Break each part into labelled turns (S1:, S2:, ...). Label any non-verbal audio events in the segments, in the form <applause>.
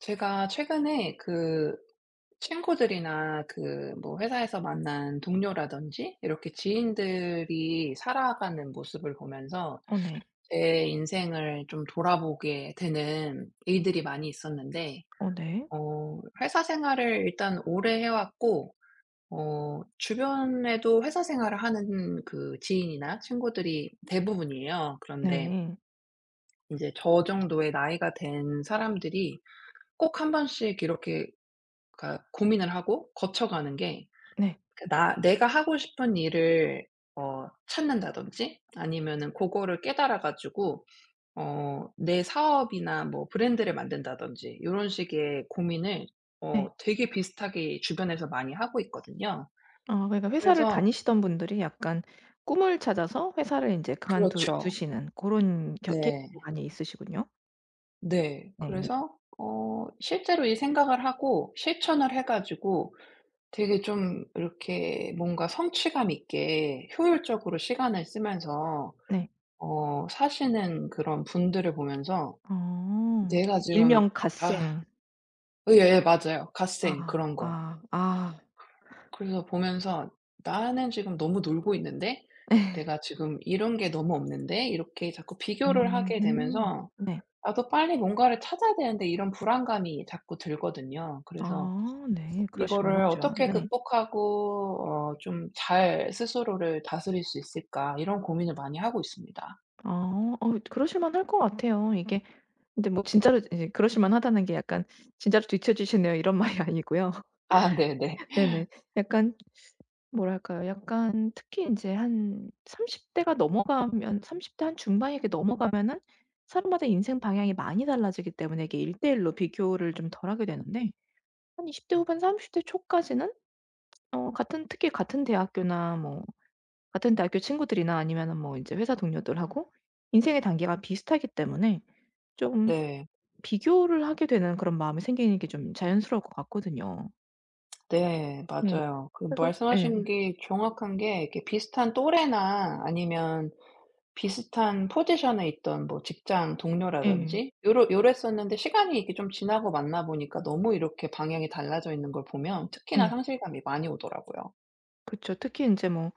S1: 제가 최근에 그 친구들이나 그 뭐 회사에서 만난 동료라든지 이렇게 지인들이 살아가는 모습을 보면서
S2: 어 네.
S1: 제 인생을 좀 돌아보게 되는 일들이 많이 있었는데
S2: 어 네.
S1: 회사 생활을 일단 오래 해 왔고, 주변에도 회사 생활을 하는 그 지인이나 친구들이 대부분이에요. 그런데
S2: 네.
S1: 이제 저 정도의 나이가 된 사람들이 꼭 한 번씩 이렇게, 그러니까 고민을 하고 거쳐가는 게,
S2: 네.
S1: 그 나 내가 하고 싶은 일을 찾는다든지, 아니면은 고거를 깨달아 가지고 내 사업이나 뭐 브랜드를 만든다든지 요런 식의 고민을
S2: 네.
S1: 되게 비슷하게 주변에서 많이 하고 있거든요.
S2: 아 그러니까 회사를
S1: 그래서,
S2: 다니시던 분들이 약간 꿈을 찾아서 회사를 인제 그만두
S1: 그렇죠.
S2: 두시는 고런 겨 케이스가
S1: 네.
S2: 많이 있으시군요.
S1: 네.
S2: 네.
S1: 그래서 실제로 이 생각을 하고 실천을 해 가지고 되게 좀 이렇게 뭔가 성취감 있게 효율적으로 시간을 쓰면서
S2: 네.
S1: 사시는 그런 분들을 보면서,
S2: 어.
S1: 내가
S2: 그
S1: 지금.
S2: 일명
S1: 아,
S2: 갓생.
S1: 예예 맞아요. 갓생
S2: 아.
S1: 그런 거.
S2: 아. 아.
S1: 그래서 보면서 '나는 지금 너무 놀고 있는데
S2: 예.
S1: 내가 지금 이런 게 너무 없는데.' 이렇게 자꾸 비교를 하게
S2: 음음.
S1: 되면서
S2: 네.
S1: '나도 빨리 뭔가를 찾아야 되는데.' 이런 불안감이 자꾸 들거든요. 그래서
S2: 아 네. 그러실
S1: 이거를
S2: 만하죠.
S1: 어떻게
S2: 네.
S1: 극복하고 좀 잘 스스로를 다스릴 수 있을까, 이런 고민을 많이 하고 있습니다.
S2: 아 그러실 만할 것 같아요. 이게 근데 뭐 진짜로 이제 그러실 만하다는 게 약간 진짜로 뒤처지시네요 이런 <laughs> 말이 아니고요.
S1: 아 <laughs> 네네.
S2: 네네. 약간 뭐랄까요. 약간 특히 이제한 30 대가 넘어가면 30대 한 중반이 이렇게 넘어가면은 사람마다 인생 방향이 많이 달라지기 때문에 이게 1 대1로 비교를 좀 덜 하게 되는데 한 20대 후반 30대 초까지는 어 같은 특히 같은 대학교나 뭐 같은 대학교 친구들이나 아니면은 뭐 인제 회사 동료들하고 인생의 단계가 비슷하기 때문에 좀
S1: 네.
S2: 비교를 하게 되는 그런 마음이 생기는 게 좀 자연스러울 것 같거든요.
S1: 네
S2: 네.
S1: 맞아요. 그
S2: 그래서 예.
S1: 말씀하신 게 정확한 게, 이렇게 비슷한 또래나 아니면 비슷한 포지션에 있던 뭐 직장
S2: 예.
S1: 동료라든지, 요러 요랬었는데 시간이 이렇게 좀 지나고 만나 보니까 너무 이렇게 방향이 달라져 있는 걸 보면 특히나
S2: 예.
S1: 상실감이 많이 오더라고요.
S2: 그쵸. 특히 인제 뭐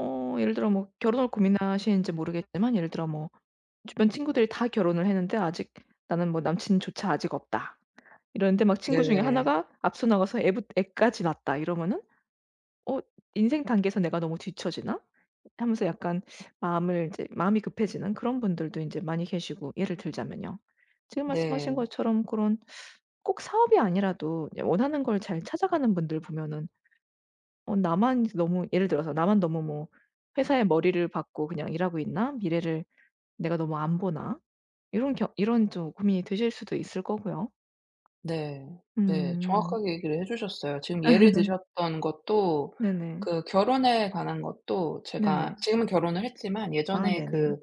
S2: 예를 들어 뭐 결혼을 고민하시는지 모르겠지만 예를 들어 뭐 주변 친구들이 다 결혼을 했는데 아직 나는 뭐 남친조차 아직 없다. 이러는데 막 친구 중에
S1: 네.
S2: 하나가 앞서 나가서 애부 애까지 낳았다 이러면은 '어 인생 단계에서 내가 너무 뒤처지나?' 하면서 약간 마음을 이제 마음이 급해지는 그런 분들도 인제 많이 계시고 예를 들자면요. 지금 말씀하신
S1: 네.
S2: 것처럼 고런 꼭 사업이 아니라도 이제 원하는 걸 잘 찾아가는 분들 보면은 어 나만 너무 예를 들어서 '나만 너무 뭐 회사의 머리를 받고 그냥 일하고 있나? 미래를 내가 너무 안 보나?' 이런 겨 이런 좀 고민이 드실 수도 있을 거고요.
S1: 네. 네.
S2: 음.
S1: 정확하게 얘기를 해 주셨어요. 지금 예를
S2: <laughs>
S1: 드셨던 것도,
S2: 네네.
S1: 그 결혼에 관한 것도
S2: 네네.
S1: 제가 지금은 결혼을 했지만
S2: 아
S1: 예전에
S2: 네네.
S1: 그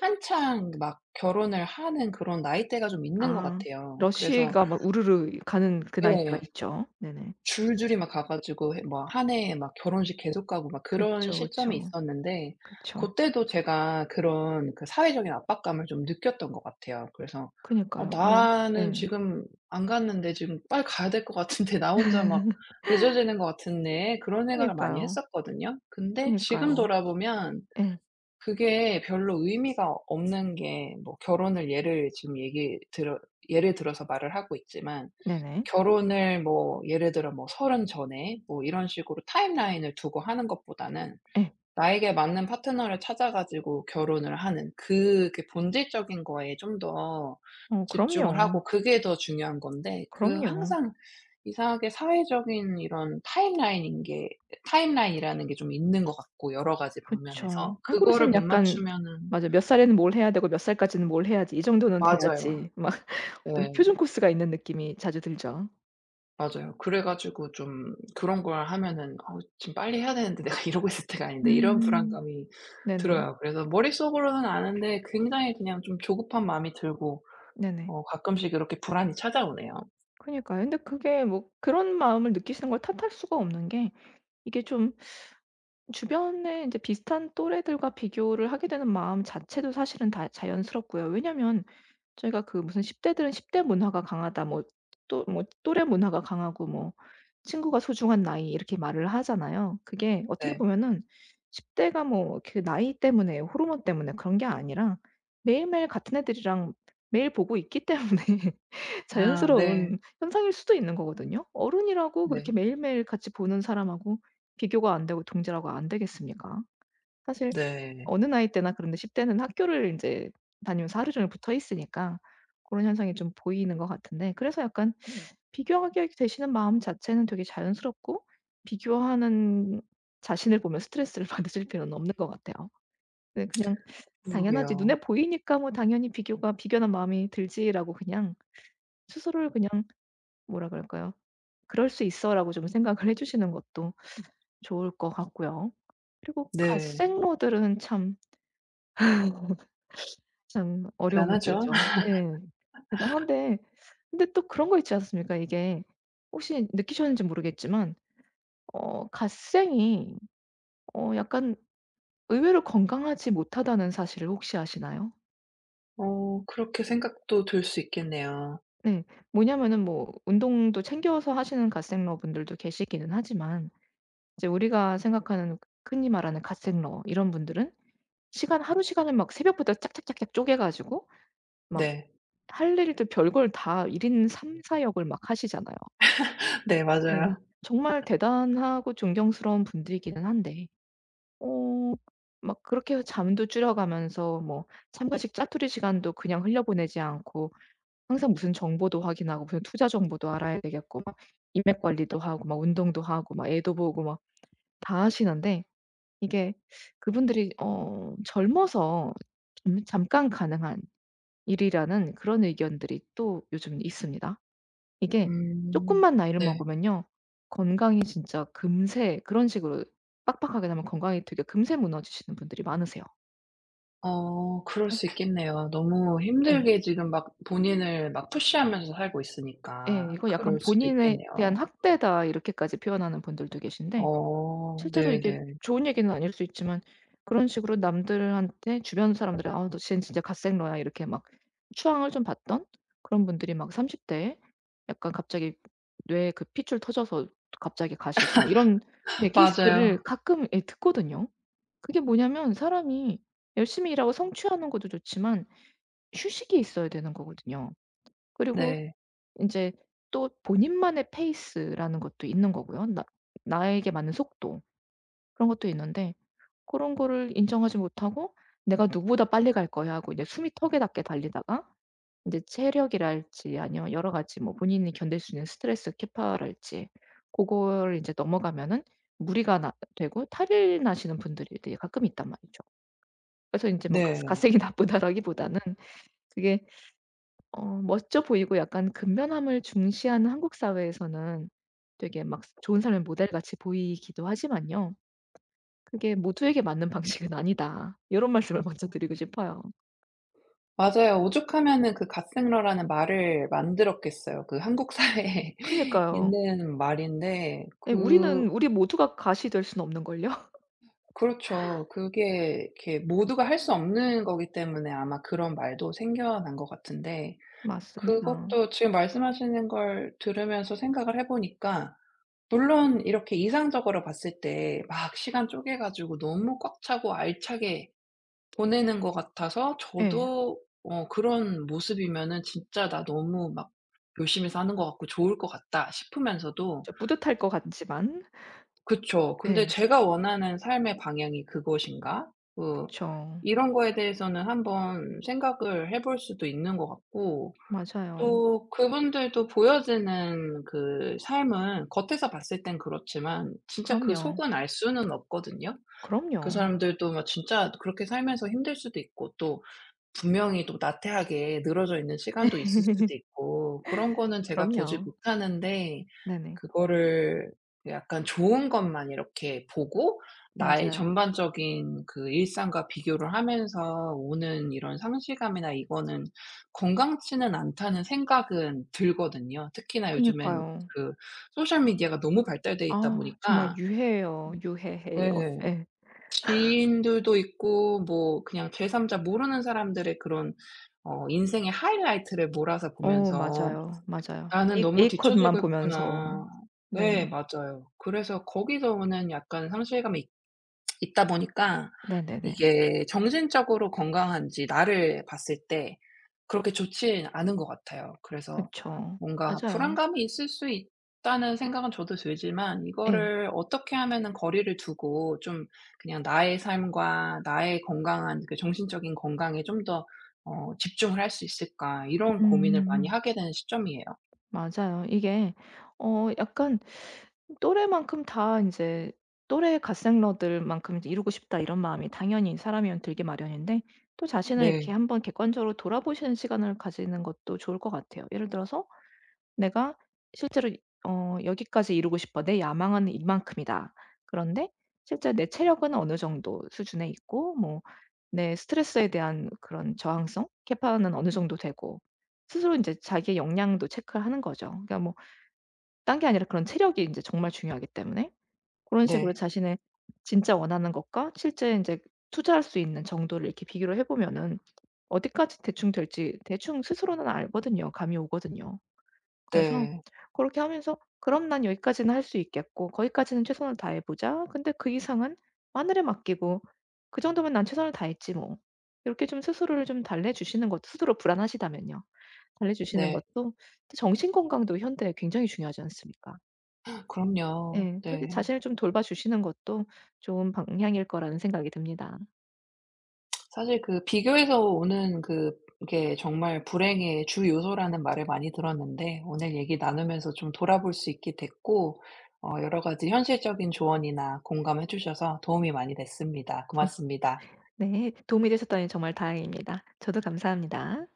S1: 한창 막 결혼을 하는 그런 나이대가 좀 있는 것
S2: 아
S1: 같아요. 그래서
S2: 러쉬가 막 우르르 가는 그 나이대가
S1: 예.
S2: 있죠. 네네.
S1: 줄줄이 막 가 가지고 해, 뭐 한 해에 막 결혼식 계속 가고 막 그런
S2: 그쵸,
S1: 시점이
S2: 그쵸.
S1: 있었는데,
S2: 그쵸.
S1: 고때도 제가 그런 그 사회적인 압박감을 좀 느꼈던 것 같아요. 그래서
S2: 그니까요. 그걸
S1: 나는
S2: 예.
S1: 지금 안 갔는데 지금 빨리 가야 될 것 같은데, 나 혼자 막 늦어지는 것 같은데.' 그런 생각을 많이
S2: 그니까요.
S1: 했었거든요. 근데 지금
S2: 그니까요.
S1: 돌아보면
S2: 예.
S1: 그게 별로 의미가 없는 게, 뭐 결혼을 예를 지금 얘기 들어, 예를 들어서 말을 하고 있지만,
S2: 네네.
S1: 결혼을 뭐 예를 들어 뭐 30 전에 뭐 이런 식으로 타임라인을 두고 하는 것보다는
S2: 예.
S1: 나에게 맞는 파트너를 찾아 가지고 결혼을 하는 그 본질적인 거에 좀 더 집중을
S2: 그럼요.
S1: 하고, 그게 더 중요한 건데, 그
S2: 그럼요.
S1: 항상 이상하게 사회적인 이런 타임라인인 게 타임라인이라는 게 좀 있는 것 같고, 여러 가지
S2: 그쵸.
S1: 방면에서 그거를
S2: 한국에서는
S1: 못
S2: 약간
S1: 맞추면은.
S2: 맞아. 몇 살에는 뭘 해야 되고 몇 살까지는 뭘 해야지. 이 정도는
S1: 맞아요.
S2: 돼야지. 막 <laughs> 어떤 표준
S1: 네.
S2: 코스가 있는 느낌이 자주 들죠.
S1: 맞아요. 그래 가지고 좀 그런 걸 하면은 지금 빨리 해야 되는데, 내가 <laughs> 이러고 있을 때가 아닌데.' 이런
S2: 음.
S1: 불안감이
S2: 네네.
S1: 들어요. 그래서 머릿속으로는 아는데 굉장히 그냥 좀 조급한 마음이 들고,
S2: 네네.
S1: 가끔씩 이렇게 불안이 찾아오네요.
S2: 그니까요. 근데 그게 뭐 그런 마음을 느끼시는 걸 탓할 수가 없는 게 이게 좀 주변에 인제 비슷한 또래들과 비교를 하게 되는 마음 자체도 사실은 다 자연스럽고요. 왜냐면 저희가 그 무슨 10 대들은 10대 문화가 강하다 뭐 또 뭐 또래 문화가 강하고 뭐 친구가 소중한 나이 이렇게 말을 하잖아요. 그게 어떻게
S1: 네.
S2: 보면은 10 대가 뭐 그 나이 때문에 호르몬 때문에 그런 게 아니라 매일매일 같은 애들이랑 매일 보고 있기 때문에 <laughs>
S1: 아 네.
S2: 자연스러운 현상일 수도 있는 거거든요. 어른이라고
S1: 네.
S2: 그렇게 매일매일 같이 보는 사람하고 비교가 안 되고 동질하고 안 되겠습니까? 사실
S1: 네.
S2: 어느 나이 때나 그런데 10 대는 학교를 인제 다니면서 하루 종일 붙어 있으니까 고런 현상이 좀 보이는 것 같은데 그래서 약간 비교하게 되시는 마음 자체는 되게 자연스럽고 비교하는 자신을 보면 스트레스를 <laughs> 받으실 필요는 없는 것 같아요. 네 그냥 '당연하지.
S1: 그러게요.
S2: 눈에 보이니까 뭐 당연히 비교가 비교하는 마음이 들지.'라고 그냥 스스로를 그냥 뭐라 그럴까요? '그럴 수 있어.'라고 좀 생각을 해 주시는 것도 좋을 것 같고요. 그리고
S1: 네.
S2: 갓생러들은 참 참 어려운
S1: 대단하죠. <laughs>
S2: 문제죠. 예. 대단한데 근데 또 그런 거 있지 않습니까? 이게 혹시 느끼셨는지 모르겠지만 갓생이 약간 의외로 건강하지 못하다는 사실을 혹시 아시나요?
S1: 그렇게 생각도 들 수 있겠네요.
S2: 네. 뭐냐면은 뭐 운동도 챙겨서 하시는 갓생러분들도 계시기는 하지만 이제 우리가 생각하는 흔히 말하는 갓생러 이런 분들은 시간 하루 시간을 막 새벽부터 짝짝짝짝 쪼개 가지고 막
S1: 네.
S2: 할 일도 별걸 다 1인 3-4 역을 막 하시잖아요.
S1: <laughs> 네
S2: 예.
S1: 맞아요.
S2: 정말 대단하고 존경스러운 분들이기는 한데 어 막 그렇게 잠도 줄여 가면서 뭐 잠깐씩 짜투리 시간도 그냥 흘려보내지 않고 항상 무슨 정보도 확인하고 무슨 투자 정보도 알아야 되겠고 막 인맥 관리도 하고 막 운동도 하고 막 애도 보고 막 다 하시는데 이게 그분들이 젊어서 잠 잠깐 가능한 일이라는 그런 의견들이 또 요즘 있습니다. 이게 조금
S1: 음.
S2: 만 나이를
S1: 네.
S2: 먹으면요. 건강이 진짜 금세 그런 식으로 빡빡하게 나면 건강이 되게 금세 무너지시는 분들이 많으세요.
S1: 그럴
S2: 그
S1: 수 있겠네요. 너무
S2: 예.
S1: 힘들게 지금 막 본인을 막 푸시하면서 살고
S2: 예.
S1: 있으니까
S2: 이거 약간
S1: 그럴 수도
S2: '본인에 대한
S1: 있겠네요.
S2: 학대다.' 이렇게까지 표현하는 분들도 계신데
S1: 어
S2: 실제로 이게
S1: 네네.
S2: 좋은 얘기는 아닐 수 있지만 그런 식으로 남들한테 주변 사람들이 '아 너 쟨 진짜 갓생러야.' 이렇게 막 추앙을 좀 받던 그런 분들이 막 30 대에 약간 갑자기 뇌에 그 핏줄 터져서 갑자기 가시고 막 이런 예 케이스들을
S1: 맞아요.
S2: 가끔 예 듣거든요. 그게 뭐냐면 사람이 열심히 일하고 성취하는 것도 좋지만 휴식이 있어야 되는 거거든요. 그리고
S1: 네.
S2: 인제 또 본인만의 페이스라는 것도 있는 거고요. 나 나에게 맞는 속도 그런 것도 있는데 그런 거를 인정하지 못하고 '내가 누구보다 빨리 갈 거야.' 하고 이제 숨이 턱에 닿게 달리다가 인제 체력이랄지 아니면 여러 가지 뭐 본인이 견딜 수 있는 스트레스 캐파랄지 고거를 인제 넘어가면은 무리가 나 되고 탈이 나시는 분들이 되게 가끔 있단 말이죠. 그래서 인제 뭐 갓
S1: 네.
S2: "갓생이 나쁘다."라기보다는 그게 멋져 보이고 약간 근면함을 중시하는 한국 사회에서는 되게 막 좋은 삶의 모델같이 보이기도 하지만요. 그게 '모두에게 맞는 <laughs> 방식은 아니다.' 이런 말씀을 먼저 드리고 싶어요.
S1: 맞아요. 오죽하면은 그 갓생러라는 말을 만들었겠어요. 그 한국 사회에 <laughs>
S2: 그니까요.
S1: 있는 말인데
S2: 예 우리 모두가 가시 될 수는 없는걸요. <laughs>
S1: 그렇죠. 그게 이렇게 모두가 할 수 없는 거기 때문에 아마 그런 말도 생겨난 것 같은데,
S2: 맞습니다.
S1: 그것도 지금 말씀하시는 걸 들으면서 생각을 해 보니까, 물론 이렇게 이상적으로 봤을 때 막 시간 쪼개 가지고 너무 꽉 차고 알차게 보내는 것 같아서
S2: 예.
S1: 저도 그런 모습이면은 '진짜 나 너무 막 열심히 사는 것 같고 좋을 것 같다.' 싶으면서도.
S2: 좀 뿌듯할 것 같지만
S1: 그쵸. 근데
S2: 예.
S1: 제가 원하는 삶의 방향이 그것인가? 그
S2: 그쵸.
S1: 이런 거에 대해서는 한번 생각을 해볼 수도 있는 것 같고,
S2: 맞아요.
S1: 또 그분들도 보여지는 그 삶은 겉에서 봤을 땐 그렇지만 진짜 그
S2: 그럼요.
S1: 속은 알 수는 없거든요. 그
S2: 그럼요.
S1: 사람들도 막 진짜 그렇게 살면서 힘들 수도 있고, 또 분명히 또 나태하게 늘어져 있는 시간도 있을
S2: <laughs>
S1: 수도 있고, 그런 거는 제가 보지
S2: 그럼요.
S1: 못하는데,
S2: 네네.
S1: 그거를 약간 좋은 것만 이렇게 보고 나의
S2: 맞아요.
S1: 전반적인 그 일상과 비교를 하면서 오는 이런 상실감이나 이거는 건강치는 않다는 생각은 들거든요. 특히나 요즘엔
S2: 그니까요.
S1: 그 소셜 미디어가 너무 발달돼 있다
S2: 아 정말
S1: 보니까.
S2: 유해해요. 유해해요.
S1: 예.
S2: 예.
S1: 지인들도 있고 뭐 그냥 제삼자 모르는 사람들의 그런 인생의 하이라이트를 몰아서 보면서
S2: 맞아요. 맞아요.
S1: '나는
S2: A
S1: 너무
S2: A컷만
S1: 뒤처지고
S2: 보면서.
S1: 있구나.'
S2: 네.
S1: 네 맞아요. 그래서 거기서 오는 약간 상실감이 있다 보니까
S2: 네네네.
S1: 이게 정신적으로 건강한지, 나를 봤을 때 그렇게 좋진 않은 것 같아요. 그래서
S2: 그쵸.
S1: 뭔가
S2: 맞아요.
S1: 불안감이 있을 수 있다는 생각은 저도 들지만,
S2: 예.
S1: 이거를 어떻게 하면은 거리를 두고 좀 그냥 나의 삶과 나의 건강한 그 정신적인 건강에 좀 더 집중을 할 수 있을까, 이런 고민을 많이
S2: 음
S1: 하게 되는 시점이에요.
S2: 맞아요. 이게 약간 또래만큼 다 이제 또래 갓생러들만큼 이제 '이루고 싶다.' 이런 마음이 당연히 사람이면 들기 마련인데 또 자신을 이렇게
S1: 네.
S2: 한번 객관적으로 돌아보시는 시간을 가지는 것도 좋을 것 같아요. 예를 들어서 내가 실제로 '여기까지 이루고 싶어. 내 야망은 이만큼이다.' 그런데 실제 내 체력은 어느 정도 수준에 있고 뭐 내 스트레스에 대한 그런 저항성 캐파는 어느 정도 되고 스스로 이제 자기의 역량도 체크하는 거죠. 그러니까 뭐 딴 게 아니라 그런 체력이 이제 정말 중요하기 때문에 그런 식으로
S1: 네.
S2: 자신의 진짜 원하는 것과 실제 이제 투자할 수 있는 정도를 이렇게 비교를 해 보면은 어디까지 대충 될지 대충 스스로는 알거든요. 감이 오거든요. 그래서
S1: 네.
S2: 그렇게 하면서 '그럼 난 여기까지는 할 수 있겠고 거기까지는 최선을 다해 보자. 근데 그 이상은 하늘에 맡기고 그 정도면 난 최선을 다했지 뭐.' 이렇게 좀 스스로를 좀 달래주시는 것도 스스로 불안하시다면요. 달래주시는
S1: 네.
S2: 것도 정신 건강도 현대에 굉장히 중요하지 않습니까?
S1: 그럼요.
S2: 예. 그렇게
S1: 네.
S2: 자신을 좀 돌봐주시는 것도 좋은 방향일 거라는 생각이 듭니다.
S1: 사실 그 비교에서 오는 그게 정말 불행의 주 요소라는 말을 많이 들었는데, 오늘 얘기 나누면서 좀 돌아볼 수 있게 됐고, 여러 가지 현실적인 조언이나 공감해 주셔서 도움이 많이 됐습니다. 고맙습니다.
S2: 네. 도움이 되셨다니 정말 다행입니다. 저도 감사합니다.